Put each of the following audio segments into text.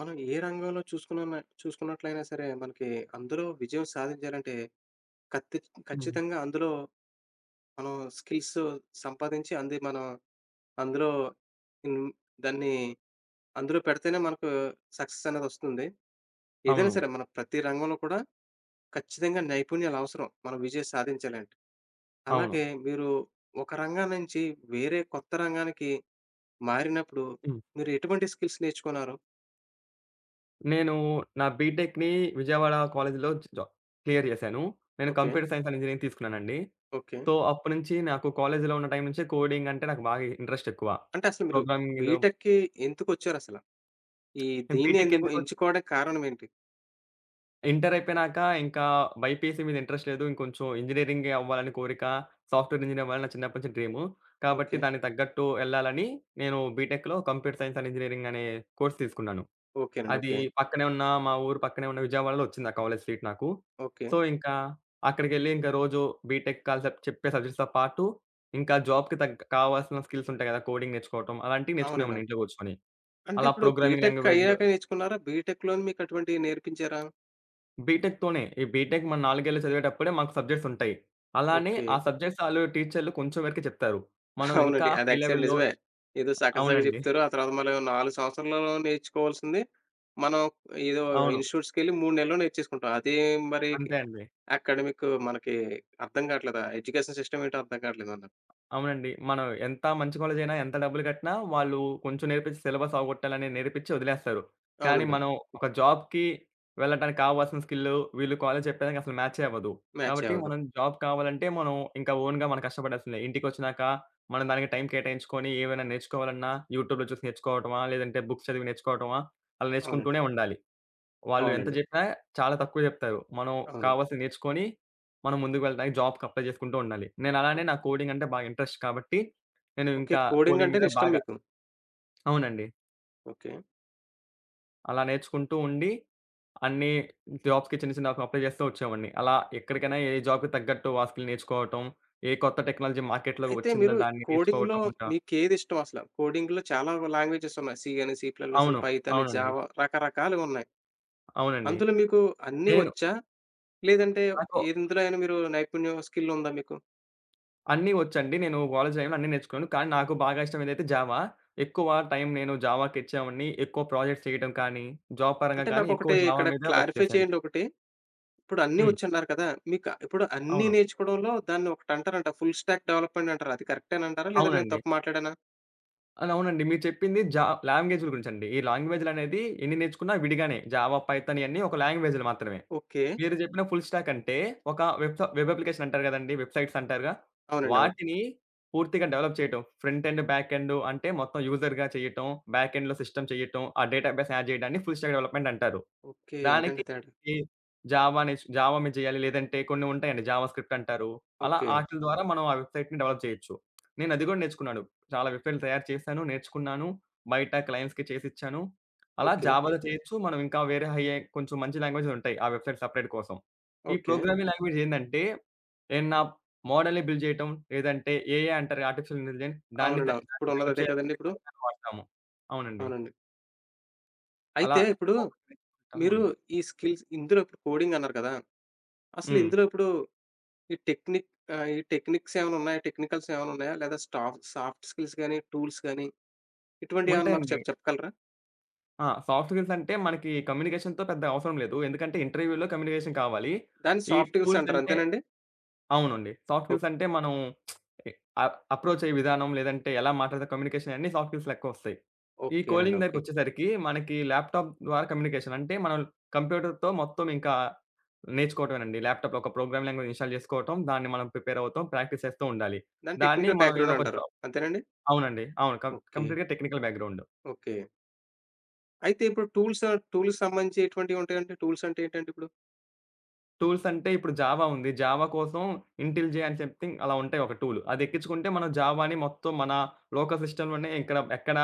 మనం ఏ రంగంలో చూసుకున్నట్లయినా సరే, మనకి అందులో విజయం సాధించాలంటే, కత్తి హ్మ్. ఖచ్చితంగా అందులో మనం స్కిల్స్ సంపాదించి, అంది మనం అందులో హ్మ్. దాన్ని అందులో పెడితేనే మనకు సక్సెస్ అనేదొస్తుంది. ఏదైనా అవును. సరే మన ప్రతి రంగంలో కూడా ఖచ్చితంగా నైపుణ్యాలు అవసరం. మనం విజయం సాధించాలంటే. అవును. అలాగే మీరు ఒక రంగం నుంచి వేరే కొత్త రంగానికి మారినప్పుడు, హ్మ్. మీరు ఎటువంటి స్కిల్స్ నేర్చుకున్నారు? నేను నా బీటెక్‌ని విజయవాడ కాలేజీలో జ క్లియర్ చేశాను. నేను okay, computer science and engineering తీసుకున్నానండి. ఓకే. సో, అప్పటినుంచి నాకు కాలేజీలో ఉన్న టైం నుంచే కోడింగ్ అంటే నాకు బాగా ఇంట్రెస్ట్ ఎక్కువ. అంటే అసలు మీరు ప్రోగ్రామింగ్ నేను బీటెక్‌కి ఎందుకొచ్చారసల? ఈ దీన్ని బీటెక్ ఎందుకు ఎందుకో ఎంచుకోవడానికి కారణం ఏంటి? ఇంటర్ అయిపోయినాక ఇంకా బైపీసీ మీద ఇంట్రెస్ట్ లేదు. ఇంకొంచెం ఇంజినీరింగే అవ్వాలని కోరిక. సాఫ్ట్‌వేర్ ఇంజినీర్ అవ్వాలని నా చిన్నప్పటి నుంచి డ్రీము. కాబట్టి ఓకే. దానికి తగ్గట్టు వెళ్ళాలని నేను బీటెక్‌లో కంప్యూటర్ సైన్స్ అండ్ ఇంజినీరింగ్ అనే కోర్స్ తీసుకున్నాను. ఓకేనండి, అది ఓకే. పక్కనే ఉన్న మా ఊరు పక్కనే ఉన్న విజయవాడలో వచ్చింది ఆ కాలేజ్ సీట్ నాకు. ఓకే. సో, ఇంకా అక్కడికెళ్ళి ఇంకా రోజు బీటెక్ కాన్సెప్ట్ చెప్పే సబ్జెక్ట్స్‌తో పాటు ఇంకా జాబ్‌కి తగ్గ కావాల్సిన స్కిల్స్ ఉంటాయి కదా! కోడింగ్ నేర్చుకోవటం అలాంటివి అవునండి, నేర్చుకునేవాడిని అవును. ఇంట్లో కూర్చొని. అంటే అలా ఇప్పుడు ప్రోగ్రామింగ్ బీటెక్ లాంగ్వేజ్ అయ్యాక నేర్చుకున్నారా? బీటెక్‌లోనే మీకు అటువంటివి నేర్పించారా? బీటెక్‌తోనే ఈ బీటెక్ మనం 4 ఏళ్లు చదివేటప్పుడే మాకు సబ్జెక్ట్స్ ఉంటాయి. అలానే ఓకే. ఆ సబ్జెక్ట్స్ ఆళ్ళు టీచర్లు కొంచెం వరకే చెప్తారు. మనం ఇంకా అవునండి, అది హై యాక్చువల్‌గా లెవెల్‌లో నిజమే. ఏదో సగం సగం అవునండి. చెప్తారు. ఆ తర్వాత మళ్ళీ 4 సంవత్సరాలలో నేర్చుకోవాల్సింది, మనం ఏదో అవును. ఇన్‌స్టిట్యూట్స్‌కెళ్ళి 3 నెలల్లో నేర్చేసుకుంటాం. అదే, మరి అంతే అండి. అకాడమిక్ మనకి అర్థం కావట్లేదా? ఎడ్యుకేషన్ సిస్టమ్ ఏంటో అర్థం కావట్లేదన్నారు. అవునండి. మనం ఎంత మంచి కాలేజయినా, ఎంత డబ్బులు కట్టినా వాళ్ళు కొంచెం నేర్పించి సిలబస్ అవగొట్టాలని నేర్పించి వదిలేస్తారు. కానీ అవునండి, అవును. మనం ఒక జాబ్‌కి వెళ్ళటానికి కావాల్సిన స్కిల్లు వీళ్ళు కాలేజు చెప్పేదానికి అసలు మ్యాచే అవ్వదు. మ్యాచే కాబట్టి అవ్వదు. మనం జాబ్ కావాలంటే మనం ఇంకా ఓన్‌గా మనం కష్టపడాల్సిందే. ఇంటికొచ్చినాక మనం దానికి టైం కేటాయించుకొని ఏవైనా నేర్చుకోవాలన్నా యూట్యూబ్‌లో చూసి నేర్చుకోవటమా, లేదంటే బుక్స్ చదివి నేర్చుకోవటమా అలా అవునండి. నేర్చుకుంటూనే ఉండాలి. వాళ్ళు ఎంత అవునండి, జెప్పినా చాలా తక్కువ జెప్తారు. మనం అవును. కావాల్సింది నేర్చుకొని, మనం ముందుకు వెళ్ళడానికి జాబ్‌కి అప్లై చేసుకుంటూ ఉండాలి. నేను ఆ! అలానే నాకు కోడింగ్ అంటే బాగా ఇంట్రెస్ట్ కాబట్టి, నేను ఓకే, ఇంకా కోడింగ్ కోడింగ్ మీద అంటేనే ఇష్టం బాగా మీకు. అవునండి. ఓకే. అలా నేర్చుకుంటూ ఉండి, అన్ని జాబ్స్‌కి చిన్న చిన్నవి అప్లై చేస్తూ వచ్చేవాడిని. అలా ఎక్కడికైనా ఏ జాబ్‌కి తగ్గట్టు ఆ స్కిల్ నేర్చుకోవటం, ఏ కొత్త టెక్నాలజీ మార్కెట్‌లోకి అయితే వచ్చిందో మీరు దాన్ని కోడింగ్‌లో నేర్చుకోవటం ఉంటా మీకేది ఇష్టం అసల? కోడింగ్‌లో చాలా లాంగ్వేజెస్ ఉన్నాయి. సి అని, సి ప్లస్ ప్లస్ అని, అవును. పైథాన్, అవునండి. జావా రకరకాలుగా ఉన్నాయి. అవునండి. అందులో మీకు అన్నీ నేను వచ్చా? లేదంటే నాకు ఇందులో అయినా మీరు నైపుణ్యం స్కిల్ ఉందా మీకు? అన్నీ వచ్చండి. నేను కాలేజ్ టైమ్‌లో అన్నీ నేర్చుకున్నాను. కానీ నాకు బాగా ఇష్టం ఏదైతే జావా. ఎక్కువ టైం నేను జావాకిచ్చేవాడిని. ఎక్కువ ప్రాజెక్ట్స్ చేయటం కానీ, జాబ్ పరంగా అంటే కానీ నాకొకటి ఎక్కువ జావా ఇక్కడ మీద వర్క్ క్లారిఫై చేశాను. చేయండి ఒకటి. ఇప్పుడు అన్నీ హ్మ్. వచ్చన్నారు కదా! మీకు ఇప్పుడు అన్నీ అవును. నేర్చుకోవడంలో దాన్ని ఒకటి అంటారంట ఫుల్ స్టాక్ డెవలప్‌మెంట్ అంటారు. అది కరెక్టేనంటారా? లేదా నేను అవునండి. తప్పు మాట్లాడానా? అది అవునండి. మీరు చెప్పింది లాంగ్వేజ్‌ల గురించండి. ఈ లాంగ్వేజ్‌లనేది ఎన్ని నేర్చుకున్నా విడిగానే. జావా, పైథాన్ ఇయన్నీ ఒక లాంగ్వేజ్‌లు మాత్రమే. ఓకే. మీరు జెప్పిన ఫుల్ స్టాక్ అంటే, ఒక వెబ్ వెబ్ అప్లికేషన్ అంటారు గదండీ! వెబ్‌సైట్స్ అంటారుగా, అవునండి, అవును. వాటిని పూర్తిగా డెవలప్ చేయటం. ఫ్రంట్ ఎండ్, బ్యాక్ ఎండ్ అంటే మొత్తం యూజర్‌గా చేయటం, బ్యాక్ ఎండ్‌లో సిస్టమ్ చేయటం, ఆ డేటాబేస్ యాడ్ జేయడాన్ని ఫుల్ స్టాక్ డెవలప్‌మెంట్ అంటారు. ఓకే, అదండి దానికి తేడా. ఈ జావా మీద చేయాలి. లేదంటే కొన్ని ఉంటాయండి జావా స్క్రిప్ట్ అంటారు. అలా ఓకే. ఆటిల ద్వారా మనం ఆ వెబ్‌సైట్‌ని డెవలప్ చేయొచ్చు. నేను అది కూడా నేర్చుకున్నాను. చాలా వెబ్‌సైట్‌లు తయారు చేశాను, నేర్చుకున్నాను. బయట క్లయింట్స్‌కి చేసిచ్చాను. అలా ఓకే. జావాలో చేయొచ్చు. మనం ఇంకా వేరే హై అయి కొంచెం మంచి లాంగ్వేజ్‌లు ఉంటాయి. ఆ వెబ్‌సైట్ సెపరేట్ కోసం. ఈ ఓకే. ప్రోగ్రామింగ్ లాంగ్వేజ్ ఏందంటే, ఏదన్నా మోడల్‌ని బిల్డ్ చేయటం, లేదంటే ఏఐ అంటారు ఆర్టిఫిషియల్ ఇంటెలిజెన్స్ అవునండి, అవును. దాన్ని ఇప్పుడున్నది డెవలప్ అదే కదండీ చేయాలంటే ఇప్పుడు. పైథాన్ వాడతాము. అవునండి. అవునండి. అలా అయితే ఇప్పుడు మీరు ఉంటాయి. ఈ స్కిల్స్ ఇందులో ఇప్పుడు కోడింగ్ అన్నారు కదా! అసలు హ్మ్. ఇందులో ఇప్పుడు ఈ టెక్నిక్ ఈ టెక్నిక్స్ ఏమైనా ఉన్నాయా? టెక్నికల్స్ ఏమైనా ఉన్నాయా? లేదా సాఫ్ట్ స్కిల్స్ గాని, టూల్స్ గాని ఇటువంటివి ఏమైనా మాకు ఉంటాయండి. చెప్పగలరా? ఆ! సాఫ్ట్ స్కిల్స్ అంటే మనకి కమ్యూనికేషన్‌తో పెద్ద అవసరం లేదు. ఎందుకంటే ఇంటర్వ్యూలో కమ్యూనికేషన్ కావాలి. దాన్ని ఈ సాఫ్ట్ స్కిల్స్ టూల్స్ అంటారు అంటే అంతేనండి? అవునండి. సాఫ్ట్ ఓక్ స్కిల్స్ అంటే మనం అ అప్రోచ్ అయ్యే విధానం లేదంటే ఎలా మాట్లాడతాం కమ్యూనికేషన్ అన్నీ సాఫ్ట్ స్కిల్స్ లెక్కొస్తాయి. ఈ ఓకేనండి, కోడింగ్ ఓకే. దగ్గరికొచ్చేసరికి మనకి ల్యాప్‌టాప్ ద్వారా కమ్యూనికేషన్ అంటే మనం కంప్యూటర్‌తో మొత్తం ఇంకా నేర్చుకోవటమేనండి. ల్యాప్‌టాప్‌లో ఒక ప్రోగ్రామ్ లాంగ్వేజ్ ఇన్‌స్టాల్ చేసుకోవటం, దాన్ని మనం ప్రిపేర్ అవుతాం, ప్రాక్టీస్ చేస్తూ ఉండాలి. దాన్ని దాన్ని టెక్నికల్ మనం ఏదో బ్యాక్‌గ్రౌండ్ ఒక అంటారు. జాబ్ అంతేనండి? అవునండి. అవును. ఓకే, కంప్లీట్‌గా టెక్నికల్ బ్యాక్‌గ్రౌండ్. ఓకే. అయితే ఇప్పుడు టూల్స్ టూల్స్ సంబంధించి ఎటువంటివి ఉంటాయండి? టూల్స్ అంటే ఏంటండి ఇప్పుడు? టూల్స్ అంటే ఇప్పుడు జావా ఉంది. జావా కోసం ఇంటెల్‌జే అని సంథింగ్ అలా ఉంటాయి ఒక టూల్. అది ఎక్కించుకుంటే మనం జావాని మొత్తం మన లోకల్ సిస్టమ్‌లోనే ఇక్కడ ఎక్కడ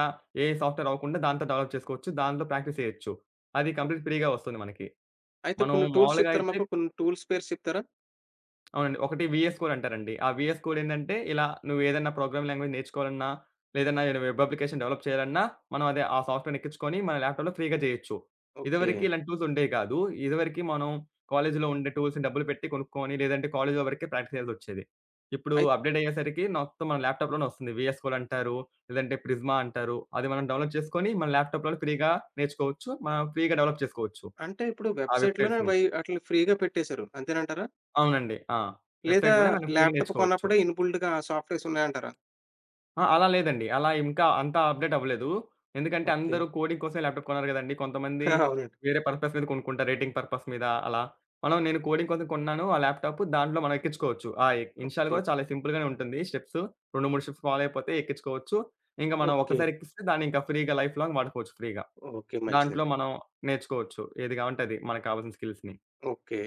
ఏ సాఫ్ట్‌వేర్ అవ్వకుండా దాంతో డెవలప్ చేసుకోవచ్చు. దాంట్లో ప్రాక్టీస్ చేయొచ్చు. అది కంప్లీట్ ఫ్రీగా వస్తుంది మనకి. అయితే మనం కొన్ని టూల్స్ మామూలుగా చెప్తారా అయితే మాకు? కొన్ని టూల్స్ పేర్లు చెప్తారా? అవునండి. ఒకటి వీఎస్ కోడ్ అంటారండి. ఆ వీఎస్ కోడ్ ఏందంటే, ఇలా నువ్వేదన్నా ప్రోగ్రామింగ్ లాంగ్వేజ్ నేర్చుకోవాలన్నా, లేదన్నా ఏదైనా వెబ్ అప్లికేషన్ డెవలప్ చేయాలన్నా, మనం అదే ఆ సాఫ్ట్‌వేర్‌ని ఎక్కించుకొని మన ల్యాప్‌టాప్‌లో ఫ్రీగా చేయొచ్చు. ఓకే. ఇదివరకి ఇలాంటి టూల్స్ ఉండేవి కాదు. ఇదివరకి మనం కాలేజీలో ఉండే టూల్స్‌ని డబ్బులు పెట్టి కొనుక్కొని, లేదంటే కాలేజీలో వరకే ప్రాక్టీస్ చేయాల్సొచ్చేది. ఇప్పుడు అయి అప్‌డేట్ అయ్యేసరికి మొత్తం మన ల్యాప్‌టాప్‌లోనే వస్తుంది. వీఎస్ కోడ్ అంటారు, లేదంటే ప్రిజ్మా అంటారు. అది మనం డెవలప్ చేసుకొని, మన ల్యాప్‌టాప్‌లోనే ఫ్రీగా నేర్చుకోవచ్చు. మనం ఫ్రీగా డెవలప్ చేసుకోవచ్చు. అంటే ఇప్పుడు ఆ వెబ్‌సైట్‌లోనే వెబ్‌సైట్స్‌ని. వై అట్లా ఫ్రీగా పెట్టేశారు. అంతేనంటారా? అవునండి. ఆ! లేదా వెబ్‌సైట్‌లోనే మనం ఫ్రీగా ల్యాప్‌టాప్ నేర్చుకోవచ్చు. కొన్నప్పుడే ఇన్‌బుల్ట్‌గా ఆ సాఫ్ట్‌వేర్స్ ఉన్నాయంటారా? ఆ! అలా లేదండి. అలా ఇంకా అంతా అప్‌డేట్ అవ్వలేదు. ఎందుకంటే ఓకే. అందరూ కోడింగ్ కోసమే ల్యాప్‌టాప్ కొన్నారు గదండీ. కొంతమంది ఆ! అవునండి. వేరే పర్పస్ మీద కొనుక్కుంటారు. రేటింగ్ పర్పస్ మీద అలా. నేను కోడింగ్ కోసం కొన్నాను ఆ ల్యాప్‌టాప్. దాంట్లో మనం ఎక్కించుకోవచ్చు. ఆ ఇనిషియల్ ఓకే. గూడా చాలా సింపుల్‌గానే ఉంటుంది స్టెప్స్. 2, 3 స్టెప్స్ ఫాలో అయిపోతే ఎక్కించుకోవచ్చు. ఇంక మనం ఓకే. ఒక్కసారి ఎక్కిస్తే దాన్ని ఇంకా ఫ్రీగా లైఫ్ లాంగ్ వాడుకోవచ్చు ఫ్రీగా. ఓకే, దాంట్లో మంచిదండి. మనం నేర్చుకోవచ్చు. ఏది గావంటే అది మనకు కావాల్సిన స్కిల్స్‌ని. ఓకే.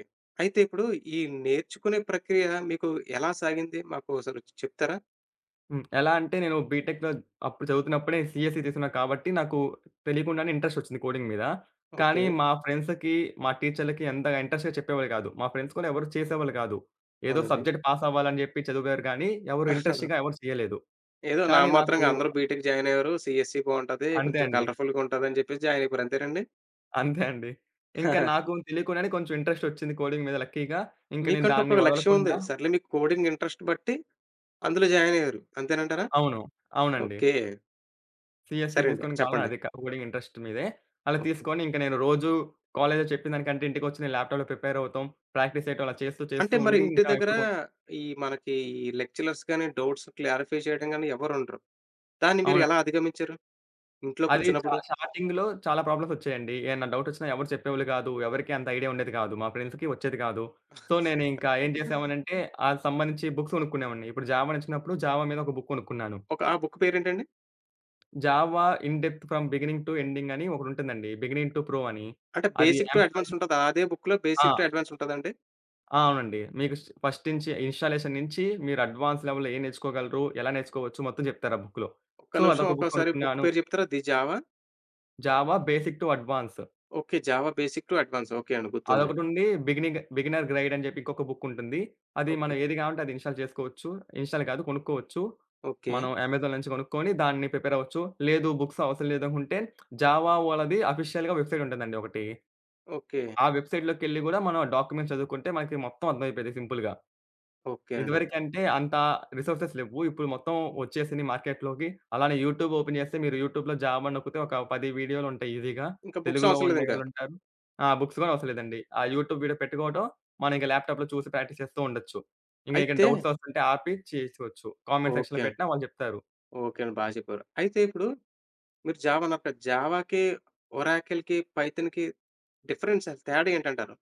అయితే ఇప్పుడు ఈ నేర్చుకునే ప్రక్రియ మీకు ఎలా సాగింది? మాకు అసలు చెప్తారా? హ్మ్. ఎలా అంటే నేను బీటెక్‌లో అప్పుడు చదువుతున్నప్పుడే సీఎస్‌సి తీసుకున్నా కాబట్టి, నాకు తెలియకుండానే ఇంట్రెస్ట్ వచ్చింది కోడింగ్ మీద. ఓకే. కానీ మా ఫ్రెండ్స్‌కి, మా టీచర్‌లకి అంతగా ఇంట్రెస్ట్‌గా చెప్పేవాళ్ళు కాదు. మా ఫ్రెండ్స్ కూడా ఎవరు చేసేవాళ్ళు కాదు. ఏదో అవునండి. సబ్జెక్ట్ పాస్ అవ్వాలని చెప్పి చదివారు కానీ, ఎవరు ఇంట్రెస్ట్‌గా ఎవరు చేయలేదు. ఏదో కానీ నాకు నామమాత్రంగా అందరూ బీటెక్ జాయిన్ అయ్యారు. సీఎస్‌సి బావుంటది. అంతే కొంచెం అండి. కలర్‌ఫుల్‌గా ఉంటదని చెప్పేసి జాయిన్ అయిపోయారు. అంతేనండి? అంతే అండి. ఇంకా నాకు తెలియకుండానే కొంచెం ఇంట్రెస్ట్ వచ్చింది కోడింగ్ మీద లక్కీగా. ఇంకా నేను మీకంటూ దాన్ని ఒక లక్ష్యం ఉంది. వదలకుండా సర్లే మీకు కోడింగ్ ఇంట్రెస్ట్ బట్టి అందులో జాయిన్ అయ్యారు. అంతేనంటారా? అవును. అవునండి. ఓకే. సీఎస్‌సీ సరే అండి, తీసుకొని కావాలన్నా చెప్పండి. అదే కోడింగ్ ఇంట్రెస్ట్ మీదే. అలా ఓకే. తీసుకొని ఇంక నేను రోజు కాలేజ్‌లో చెప్పిన దానికంటే ఇంటికొచ్చి నేను ల్యాప్‌టాప్‌లో ప్రిపేర్ అవుతాం. ప్రాక్టీస్ చేయటం అలా చేస్తూ అంటే చేస్తూ మరి ఉండి ఇంటి ఇంకా దగ్గర ఇప్పుడు కొంచెం ఈ మనకి ఈ లెక్చరర్స్ గాని, డౌట్స్ క్లారిఫై చేయడం గాని ఎవరుండరు. దాన్ని మీరు అవునండి. ఎలా అధిగమించారు? ఇంట్లో అది కూర్చున్నప్పుడు? స్టార్టింగ్‌లో చాలా ప్రాబ్లమ్స్ వచ్చాయండి. ఏమన్నా డౌట్ వచ్చినా ఎవరు చెప్పేవాళ్ళు కాదు. ఎవరికీ అంత ఐడియా ఉండేది కాదు. మా ఫ్రెండ్స్‌కి వచ్చేది కాదు. సో, నేను ఇంకా ఏం చేసామనంటే ఆళ్ళకి సంబంధించి బుక్స్ కొనుక్కునేవాడిని. ఇప్పుడు జావా నచ్చినప్పుడు జావా మీద ఒక బుక్ కొనుక్కున్నాను. ఆ బుక్ పేరేంటండి? Java in depth from beginning to ending అని ఒకటుంటుందండి. బిగినింగ్ టు ప్రో అని. అంటే అది బేసిక్ టు అమెజాన్ అడ్వాన్స్ ఉంటదా? అదే బుక్‌లో ఆ! బేసిక్ టు అడ్వాన్స్ ఉంటదండి? ఆ! అవునండి. మీకు ఫస్ట్ నుంచి ఇన్‌స్టాలేషన్ నుంచి మీరు అడ్వాన్స్ లెవెల్‌లో ఏం నేర్చుకోగలరు, ఎలా నేర్చుకోవచ్చు మొత్తం చెప్తారు ఆ బుక్‌లో. ఒక్క సో, నిమిషం అదొక బుక్ ఒక్కోసారి బుక్ కొనుక్కున్నాను. పేరు చెప్తారా? 'The Java'? 'Java basic to advance' okay. 'Java basic to advance' okay అండి, గుర్తుంది. అదొకటుంది. బిగినర్ గైడ్ అని చెప్పి ఇంకొక బుక్ ఉంటుంది. అది ఓకే. మనం ఏది కావాలంటే అది ఇన్‌స్టాల్ చేసుకోవచ్చు. ఇన్‌స్టాల్ కాదు కొనుక్కోవచ్చు. ఓకే. మనం అమెజాన్ నుంచి కొనుక్కొని దాన్ని ప్రిపేర్ అవ్వచ్చు. లేదు బుక్స్ అవసరం లేదనుకుంటే జావా వాళ్ళది అఫీషియల్‌గా వెబ్‌సైట్ ఉంటుందండి ఒకటి. ఓకే. ఆ వెబ్‌సైట్‌లోకెళ్ళి కూడా మనం డాక్యుమెంట్స్ చదువుకుంటే మనకి మొత్తం అర్థమైపోద్ది సింపుల్‌గా. ఓకే అండి, ఓకే. ఇదివరకంటే అంత రిసోర్సెస్ లెవ్వు. ఇప్పుడు మొత్తం వచ్చేసినియి మార్కెట్‌లోకి. అలానే యూట్యూబ్ ఓపెన్ చేస్తే మీరు యూట్యూబ్‌లో జాబ్ అని నొక్కితే ఒక 10 వీడియోలుంటాయి ఈజీగా. ఇంకా బుక్స్ తెలుగులో అవసరం లేదింకా. ఉండేవాళ్ళుంటారు. ఆ! బుక్స్ కూడా అవసరం లేదండి. ఆ యూట్యూబ్ వీడియో పెట్టుకోవటం, మనం ఇంక ల్యాప్‌టాప్‌లో చూసి ప్రాక్టీస్ చేస్తూ ఉండొచ్చు. ఇంక అయితే డౌట్స్ వస్తుంటే ఆపి చేసుకోవచ్చు. కామెంట్ ఓకే సెక్షన్‌లో అండి. పెట్టినా వాళ్ళు చెప్తారు. ఓకే అండి, బా చెప్పారు. అయితే ఇప్పుడు మీరు జావా అన్నప్పుడు జావాకి, ఒరాకిల్‌కి, పైథాన్‌కి డిఫరెన్స్ అసలు తేడా ఏంటంటారు?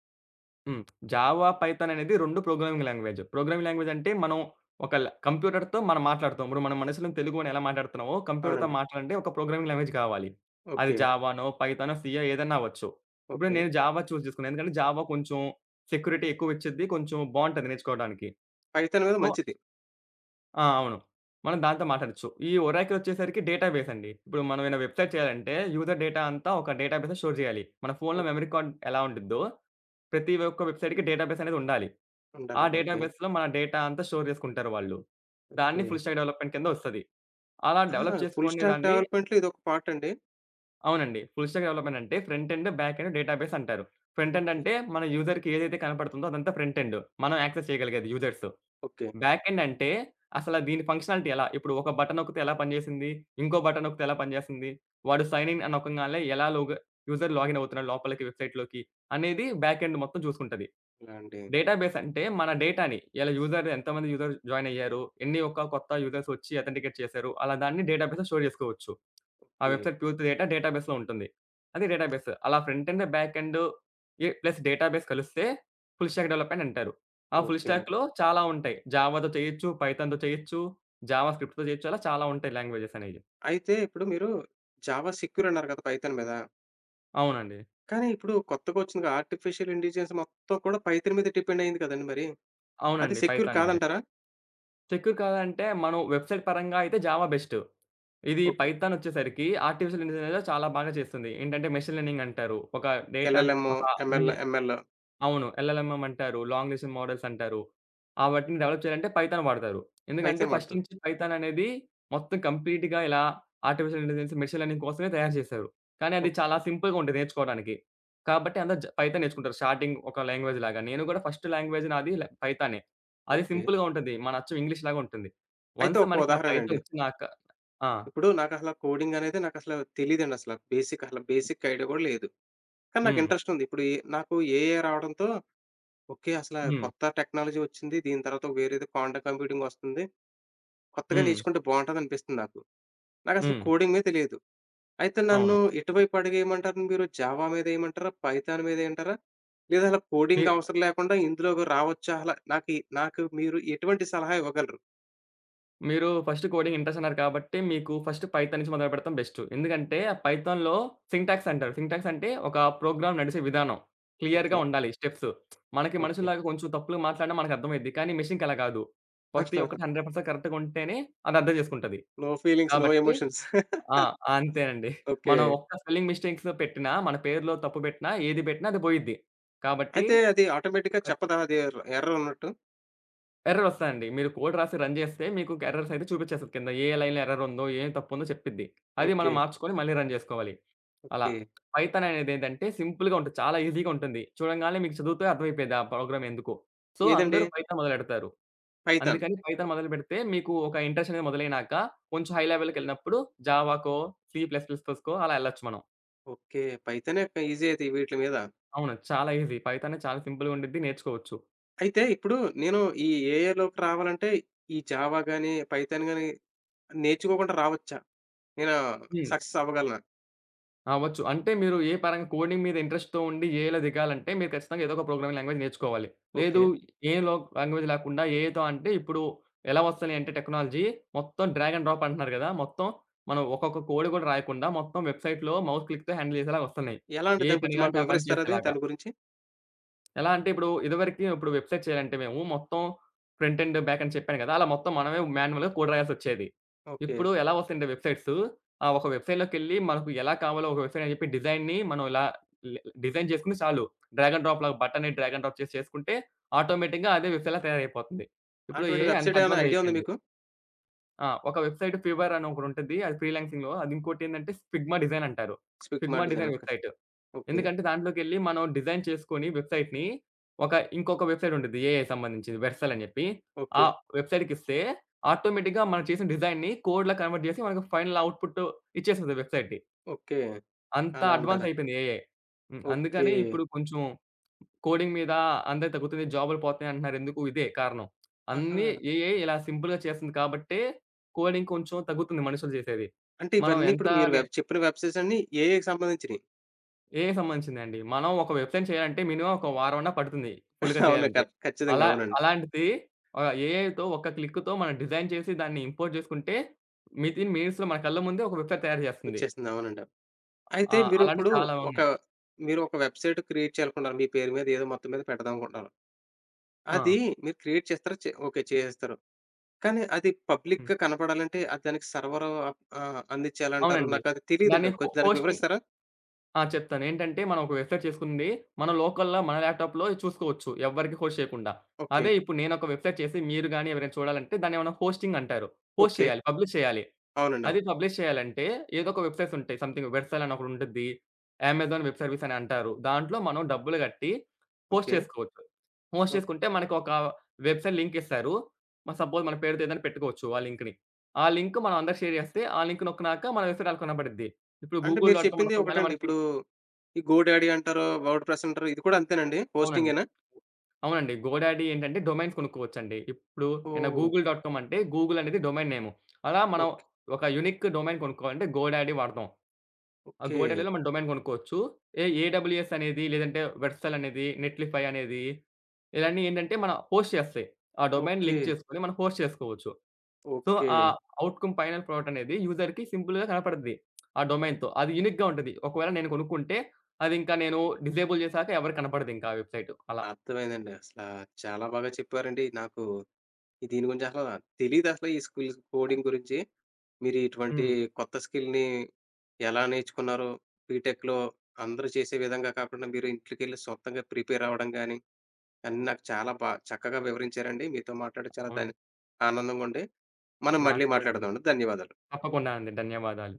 హ్మ్. జావా, పైథాన్ అనేది 2 ప్రోగ్రామింగ్ లాంగ్వేజ్. ప్రోగ్రామింగ్ లాంగ్వేజ్ అంటే మనం ఒక ల కంప్యూటర్‌తో మనం మాట్లాడుతాం. ఇప్పుడు మన మనసులో తెలుగుని ఎలా మాట్లాడుతున్నామో కంప్యూటర్‌తో అవునండి. మాట్లాడంటే ఒక ప్రోగ్రామింగ్ లాంగ్వేజ్ కావాలి. అది ఓకే. జావానో, పైథానో, సీయో ఏదైనా అవ్వచ్చు. ఇప్పుడు ఓకే. నేను జావా చూజ్ చేసుకున్నాను. ఎందుకంటే జావా కొంచెం సెక్యూరిటీ ఎక్కువ ఇచ్చిద్ది. కొంచెం బావుంటది నేర్చుకోవడానికి. పైథాన్ గూడా సో మంచిది. ఆ! అవును. మనం దాంతో మాట్లాడొచ్చు. ఈ ఒరాకిల్ వచ్చేసరికి డేటాబేస్ అండి. ఇప్పుడు మనం ఏమైనా వెబ్‌సైట్ చేయాలంటే యూజర్ డేటా అంతా ఒక డేటాబేస్‌లో స్టోర్ చేయాలి. మన ఫోన్‌లో ఓకే. మెమరీ కార్డ్ ఎలా ఉండిద్దో ప్రతి ఒక్క వెబ్‌సైట్‌కి డేటాబేస్ అనేది ఉండాలి. ఆ ఉండాలండి, ఓకే. డేటాబేస్‌లో మన డేటా అంతా స్టోర్ చేసుకుంటారు వాళ్ళు. ఓకే. దాన్ని ఫుల్ స్టాక్ డెవలప్‌మెంట్ కింద ఒస్తది. అలా ఆహా! డెవలప్ ఫుల్ చేసుకునే స్టాక్ దాన్ని డెవలప్‌మెంట్‌లో ఇదొక పార్ట్ అండి. అవునండి. ఫుల్ స్టాక్ డెవలప్‌మెంట్ అంటే front end, back end database అంటారు. Front end okay. అంటే మన యూజర్‌కి ఏదైతే కనపడుతుందో అదంతా ఫ్రంట్ ఎండ్. మనం యాక్సెస్ చేయగలిగేది యూజర్స్. ఓకే. బ్యాక్ ఎండ్ అంటే అసల దీని ఫంక్షనాలిటీ ఎలా? ఇప్పుడు ఒక బటన్ నొక్కితే ఎలా పనిచేసింది? ఇంకో బటన్ నొక్కితే ఎలా పనిచేస్తుంది? వాడు సైన్ ఇన్ అని నొకంగానే ఎలా లోగ యూజర్ లాగిన్ అవుతున్నాడు లోపలికి వెబ్‌సైట్‌లోకి అనేది బ్యాక్ ఎండ్ మొత్తం చూసుకుంటది. ఇలా అండి. డేటాబేస్ అంటే మన డేటాని ఇలా యూజర్ ఎంతమంది యూజర్ జాయిన్ అయ్యారు, ఎన్ని ఒక కొత్త యూజర్స్ వచ్చి అథెంటికేట్ చేశారు. అలా దాన్ని డేటాబేస్‌లో స్టోర్ చేసుకోవచ్చు. ఆ ఓకే. వెబ్‌సైట్ పూర్తి డేటా డేటాబేస్‌లో ఉంటుంది. అది డేటాబేస్. అలా front end, back end a plus database కలిస్తే ఫుల్ స్టాక్ డెవలప్‌మెంట్ అంటారు. ఆ ఫుల్ ఓకేనండి. స్టాక్‌లో చాలా ఉంటాయి. జావాతో చేయొచ్చు, పైథాన్‌తో చేయొచ్చు, జావా స్క్రిప్ట్‌తో చేయొచ్చు. అలా చాలా ఉంటాయి లాంగ్వేజెస్ అనేవి. అయితే ఇప్పుడు మీరు జావా సెక్యూర్ అన్నారు కదా! పైథాన్ మీద. అవునండి. కానీ ఇప్పుడు కొత్తగా వచ్చిందిగా ఆర్టిఫిషియల్ ఇంటెలిజెన్స్ మొత్తం కూడా పైథాన్ మీద డిపెండ్ అయింది కదండీ మరి. అది అవునండి. సెక్యూర్ పైథాన్ మీదే. కాదంటారా? సెక్యూర్ కాదంటే మనం వెబ్‌సైట్ పరంగా అయితే జావా బెస్ట్. ఇది ఓకే. పైథాన్ వచ్చేసరికి ఆర్టిఫిషియల్ ఇంటెలిజెన్స్ చాలా బాగా చేస్తుంది. ఏంటంటే మెషీన్ లెర్నింగ్ అంటారు. ఒక డేటా ఎల్‌ఎల్‌ఎం, ఒక ఎంఎల్, ఇంజ ఎంఎల్ అవును. ఎల్ఎల్ఎంఎం అంటారు. లాంగ్ డిస్టెన్స్ మోడల్స్ అంటారు. ఆ వాటిని డెవలప్ చేయాలంటే పైథాన్ వాడతారు. ఎందుకంటే పైథాన్ ఫస్ట్ వాడతారు. నుంచి పైథాన్ అనేది మొత్తం కంప్లీట్‌గా ఇలా ఆర్టిఫిషియల్ ఇంటెలిజెన్స్, మెషిన్ లెర్నింగ్ కోసమే తయారు చేశారు. కానీ అది ఓకే. చాలా సింపుల్‌గా ఉంటది నేర్చుకోవడానికి. కాబట్టి అందరూ పైథాన్ నేర్చుకుంటారు. స్టార్టింగ్ ఒక లాంగ్వేజ్ లాగా. నేను కూడా ఫస్ట్ లాంగ్వేజ్ నాది పైథానే. అది ఓకే. సింపుల్‌గా ఉంటది. మన అచ్చు ఇంగ్లీష్ లాగా ఉంటుంది. అయితే వన్స్ ఒక మనకి ఆ పైథాన్ ఉదాహరణండి. వచ్చినాక ఆ! ఇప్పుడు నాకసల కోడింగ్ అనేది నాకసలు తెలీదండి అసల. బేసిక్ ఐడియా గూడా లేదు. కానీ నాకు హ్మ్. ఇంట్రెస్ట్ ఉంది. ఇప్పుడు నాకు ఏఐ రావడంతో ఓకే, అసల హ్మ్. కొత్త టెక్నాలజీ వచ్చింది. దీని తర్వాత వేరేది క్వాంటం కంప్యూటింగ్ వస్తుంది. హ్మ్. కొత్తగా హ్మ్. నేర్చుకుంటే బావుంటదనిపిస్తుంది నాకు. నాకసలు హ్మ్. కోడింగే తెలీదు. అయితే నన్ను అవును. ఎటువైపు అడుగేయమంటారు మీరు? జావా మీద ఏయమంటారా? పైథాన్ మీద ఏయమంటారా? లేదా అలా మీ కోడింగ్ అవసరం లేకుండా ఇందులోకి రావచ్చా? అలా నాకు మీరు ఎటువంటి సలహా ఇవ్వగలరు? మీరు ఫస్ట్ కోడింగ్ ఇంట్రెస్ట్ అన్నారు కాబట్టి, మీకు ఫస్ట్ పైథాన్ నుంచి మొదలుపెడతం బెస్టు. ఎందుకంటే, ఆ పైథాన్‌లో సింటాక్స్ అంటారు. సింటాక్స్ అంటే ఒక ప్రోగ్రామ్ నడిసే విధానం. క్లియర్‌గా ఓకే. ఉండాలి స్టెప్స్. మనకి ఓకే. మనుషుల్లాగా కొంచెం తప్పులు మాట్లాడినా మనకు అర్థమైద్ది. కానీ మెషిన్‌కి అలా కాదు. ప్రతి ఒక్కటి 100% కరెక్ట్‌గా ఉంటేనే అది అర్థం చేసుకుంటది. నో ఫీలింగ్స్, నో కాబట్టి ఎమోషన్స్. ఆ! అంతే అండి. ఓకే. మనం ఒక్క స్పెల్లింగ్ మిస్టేక్స్ పెట్టినా, మన పేరులో తప్పు పెట్టినా, ఏది పెట్టినా అది పోయిద్ది. కాబట్టి అయితే అది ఆటోమేటిక్‌గా చెప్పదా అది ఎర్రర్ ఉన్నట్టు? ఎర్రర్ వస్తాయండి. మీరు కోడ్ రాసి రన్ చేస్తే మీకు ఎర్రర్స్ అయితే చూపించేస్తది కింద. ఏ లైన్‌లో ఎర్రర్ ఉందో, ఏం తప్పుందో చెప్పిద్ది. అది ఓకే. మనం మార్చుకొని మళ్ళీ రన్ చేసుకోవాలి. అలా. ఓకే. పైథాన్ అనేదేంటంటే సింపుల్‌గా ఉంటుంది. చాలా ఈజీగా ఉంటుంది. చూడంగానే మీకు చదువుతే అర్థమైపోయిద్ది ఆ ప్రోగ్రామ్ ఎందుకో. సో, ఏదండి? అందరూ పైథాన్ మొదలెడతారు. పైథాన్. అందుకని పైథాన్ మొదలుపెడితే మీకు ఒక ఇంట్రెస్ట్ అనేది మొదలైనాక కొంచెం హై లెవెల్‌కెళ్ళినప్పుడు జావాకో, సి ప్లస్ ప్లస్‌కో అలా ఎళ్ళొచ్చు మనం. ఓకే, పైథానే ఈజీ అయితే వీట్లి మీద. అవును. చాలా ఈజీ. పైథానే చాలా సింపుల్‌గా ఉండిద్ది. నేర్చుకోవచ్చు. అయితే ఇప్పుడు నేను ఈ ఏఐలోకి రావాలంటే ఈ జావా గాని, పైథాన్ గాని నేర్చుకోకుండా రావచ్చా? నేను హ్మ్. సక్సెస్ అవ్వగలనా? అవ్వచ్చు. అంటే మీరు ఏ పరంగా కోడింగ్ మీద ఇంట్రెస్ట్‌తో ఉండి ఏఐలో దిగాలంటే మీరు ఖచ్చితంగా ఏదో ఒక ప్రోగ్రామింగ్ లాంగ్వేజ్ నేర్చుకోవాలి. ఓకే. లేదు ఏఐలో లాంగ్వేజ్ లేకుండా ఏఐతో అంటే ఇప్పుడు ఎలా వస్తున్నాయి అంటే టెక్నాలజీ మొత్తం డ్రాగ్ అండ్ డ్రాప్ అంటున్నారు గదా! మొత్తం మనం ఒక్కొక్క కోడ్ గూడా రాయకుండా మొత్తం వెబ్‌సైట్‌లో మౌస్ క్లిక్‌తో హ్యాండిల్ చేసేలాగా వస్తున్నాయి. ఎలా అండి ఏ దాని పని గురించి మాకు కావాలంటే ఆ పని వివరిస్తారా అది చేసేలాగా. దాని గురించి? ఎలా అంటే ఇప్పుడు ఇదివరకి ఇప్పుడు వెబ్‌సైట్ చేయాలంటే మేము మొత్తం ఫ్రంట్ ఎండ్, బ్యాక్ ఎండ్ చెప్పాను కదా! అలా మొత్తం మనమే మాన్యువల్‌గా కోడ్ రాయాల్సొచ్చేది. ఓకే. ఇప్పుడు ఎలా వస్తున్నాయంటే వెబ్‌సైట్సు ఆ ఒక వెబ్‌సైట్‌లోకెళ్ళి మనకు ఎలా కావాలో ఒక వెబ్‌సైట్ అని చెప్పి డిజైన్‌ని మనం ఇలా డిజైన్ చేసుకుంటే చాలు. డ్రాగ్ అండ్ డ్రాప్ లాగా బటన్‌ని డ్రాగ్ అండ్ డ్రాప్ చేసి చేసుకుంటే ఆటోమేటిక్‌గా అదే వెబ్‌సైట్‌లా తయారైపోతుంది. ఇప్పుడు అటువంటి ఏఐ అంత వెబ్‌సైట్ ఏమైనా అడ్వాన్స్ ఐడియా ఉందా అయిపోయింది. మీకు? ఆ! ఒక వెబ్‌సైట్ ఫీవర్ అని ఒకటుంటది. అది ఫ్రీలాన్సింగ్‌లో. అది ఇంకోటేంటంటే ఫిగ్మా డిజైన్ అంటారు. స్పిక్ మా Figma design, design okay. Website. Okay. ఎందుకంటే దాంట్లోకెళ్ళి మనం డిజైన్ చేసుకొని వెబ్‌సైట్‌ని ఒక ఇంకొక వెబ్‌సైట్ ఉంటది. ఏఐ సంబంధించింది వెర్సల్ అని చెప్పి. ఆ ఓకే. వెబ్‌సైట్‌కిస్తే ఆటోమేటిక్‌గా మనం చేసిన డిజైన్‌ని కోడ్‌లా కన్వర్ట్ చేసి మనకు ఫైనల్ అవుట్‌పుట్ ఇచ్చేస్తది వెబ్‌సైట్‌ది. ఓకే. అంత అలా అడ్వాన్స్ అంటారా? అయిపోయింది ఏఐ. హ్మ్. ఓకే. అందుకని ఇప్పుడు కొంచెం కోడింగ్ మీద అందరికి తగ్గుతుంది. జాబ్‌లు పోతున్నాయి అంటున్నారు. ఎందుకు ఇదే కారణం. ఆహా! అన్నీ ఏఐ ఇలా సింపుల్‌గా చేస్తుంది కాబట్టే కోడింగ్ కొంచెం తగ్గుతుంది మనుషులు చేసేది. అంటే మనం ఇవన్నీ ఎంత ఇప్పుడు మీరు నే చెప్పిన వెబ్ సీరీస్ అన్నీ ఏఐకి సంబంధించినియి. ఏఐకి సంబంధించిందండి. మనం ఒక వెబ్‌సైట్ చేయాలంటే మినిమమ్ ఒక వారమన్నా పడుతుంది ఫుల్‌గా అవును, చేయాలంటే. ఖచ్చితంగా అలా అవునండి. అలాంటిది ఆహ్, ఏఐతో ఒక్క క్లిక్‌తో మనం డిజైన్ చేసి దాన్ని ఇంపోర్ట్ చేసుకుంటే వితిన్ మినిట్స్‌లో మన కళ్ళ ముందే ఒక వెబ్‌సైట్ తయారు చేస్తుంది. వచ్చేసింది, అవునండి. ఆ! అయితే మీరు అలాంటివి ఇప్పుడు చాలా ఒక ఉన్నాయి. మీరు ఒక వెబ్‌సైట్ క్రియేట్ చేయాలనుకున్నారు. మీ పేరు మీద ఏదో మొత్తం మీద పెడదాం అనుకుంటున్నారు. ఆ! అది మీరు క్రియేట్ చేస్తారా? ఓకే, చేసేస్తారు. కానీ అది హ్మ్. పబ్లిక్‌గా కనపడాలంటే అది దానికి సర్వర్ అప్ ఆహ్, అందించాలంటారు. అవునండి. నాకది దాన్ని తెలీదండి, కొంచెం దానికి హోస్టింగ్ వివరిస్తారా? ఆ! చెప్తాను. ఏంటంటే మనం ఒక వెబ్‌సైట్ చేసుకుంది మన లోకల్‌లో మన ల్యాప్‌టాప్‌లో చూసుకోవచ్చు. ఎవ్వరికీ హోస్ట్ చేయకుండా. ఓకే. అదే ఇప్పుడు నేనొక వెబ్‌సైట్ చేసి మీరు గాని ఎవరైనా చూడాలంటే దాన్నేమన్నా హోస్టింగ్ అంటారు. Host okay. చేయాలి. పబ్లిష్ చేయాలి. అవునండి, అవును. అది పబ్లిష్ చేయాలంటే ఏదో ఒక వెబ్‌సైట్స్ ఉంటాయి. సంథింగ్ వెర్సల్ అని ఒకటి ఉంటుద్ది. అమెజాన్ వెబ్ సర్వీస్ అని అంటారు. దాంట్లో మనం డబ్బులు కట్టి పోస్ట్ ఓకే. చేసుకోవచ్చు. Post okay. చేసుకుంటే మనకు ఒక వెబ్‌సైట్ లింక్ ఇస్తారు. సపోజ్ మన పేరుతో ఏదైనా పెట్టుకోవచ్చు ఆ లింక్‌ని. ఆ లింక్ మనం అందరికి షేర్ చేస్తే ఆ లింక్ నొక్కినాక మన వెబ్‌సైట్ ఆళ్ళకి కనపడిద్ది. ఇప్పుడు అంటే గూగుల్ మీరు డాట్ కామ్ చెప్పింది అనుకోగానే ఒకటండి. మనకి ఇప్పుడు ఈ గోడాడీ అంటారు, వర్డ్ ప్రెస్ అంటారు. ఇది కూడా అంతేనండి? అవునండి. హోస్టింగేనా? అవునండి. గోడాడీ ఏంటంటే డొమైన్స్ కొనుక్కోవచ్చండి. ఇప్పుడు ఏమైనా ఓహ్! గూగుల్ డాట్ కామ్ అంటే గూగుల్ అనేది డొమైన్ నేమ్. అలా మనం ఓకే. ఒక యూనిక్ డొమైన్ కొనుక్కోవాలంటే గోడాడీ వాడతాం. ఆ! ఓకే. గోడెలలో మనం డొమైన్ కొనుక్కోవచ్చు. ఏడబ్ల్యూఎస్ అనేది, లేదంటే వెర్సల్ అనేది, నెట్‌లిఫై అనేది, ఇలాన్నీ ఏంటంటే మన హోస్ట్ చేస్తాయి. ఆ డొమైన్ ఓకే. లింక్ చేసుకొని మనం హోస్ట్ చేసుకోవచ్చు. So, okay. ఆ అవుట్‌కమ్ ఫైనల్ ప్రోడక్ట్ అనేది యూజర్‌కి సింపుల్‌గా కనపడుద్ది. ఆ డొమైన్‌తో. అది యూనిక్‌గా ఉంటది. ఒకవేళ నేను కొనుక్కుంటే అదింకా నేను డిజేబుల్ చేశాక ఎవరికీ కనపడదింకా ఆ వెబ్‌సైటు అలా. అర్థమైందండి, అసలా. చాలా బాగా చెప్పారండి. నాకు దీని గురించి అసల తెలీదసల ఈ స్కిల్ కోడింగ్ గురించి. మీరు ఇటువంటి హ్మ్. కొత్త స్కిల్‌ని ఎలా నేర్చుకున్నారో, బీటెక్‌లో అందరూ చేసే విధంగా కాకుండా మీరు ఇంట్లోకెళ్ళి సొంతంగా ప్రిపేర్ అవ్వడం గాని, అన్నీ నాకు చాలా చక్కగా వివరించారండి. మీతో మాట్లాడి చాలా అవునండి. ఆనందంగా ఉంది. మనం నాకు మళ్ళీ కూడా అండి. మాట్లాడదామండి. ధన్యవాదాలు. తప్పకుండా అండి. ధన్యవాదాలు.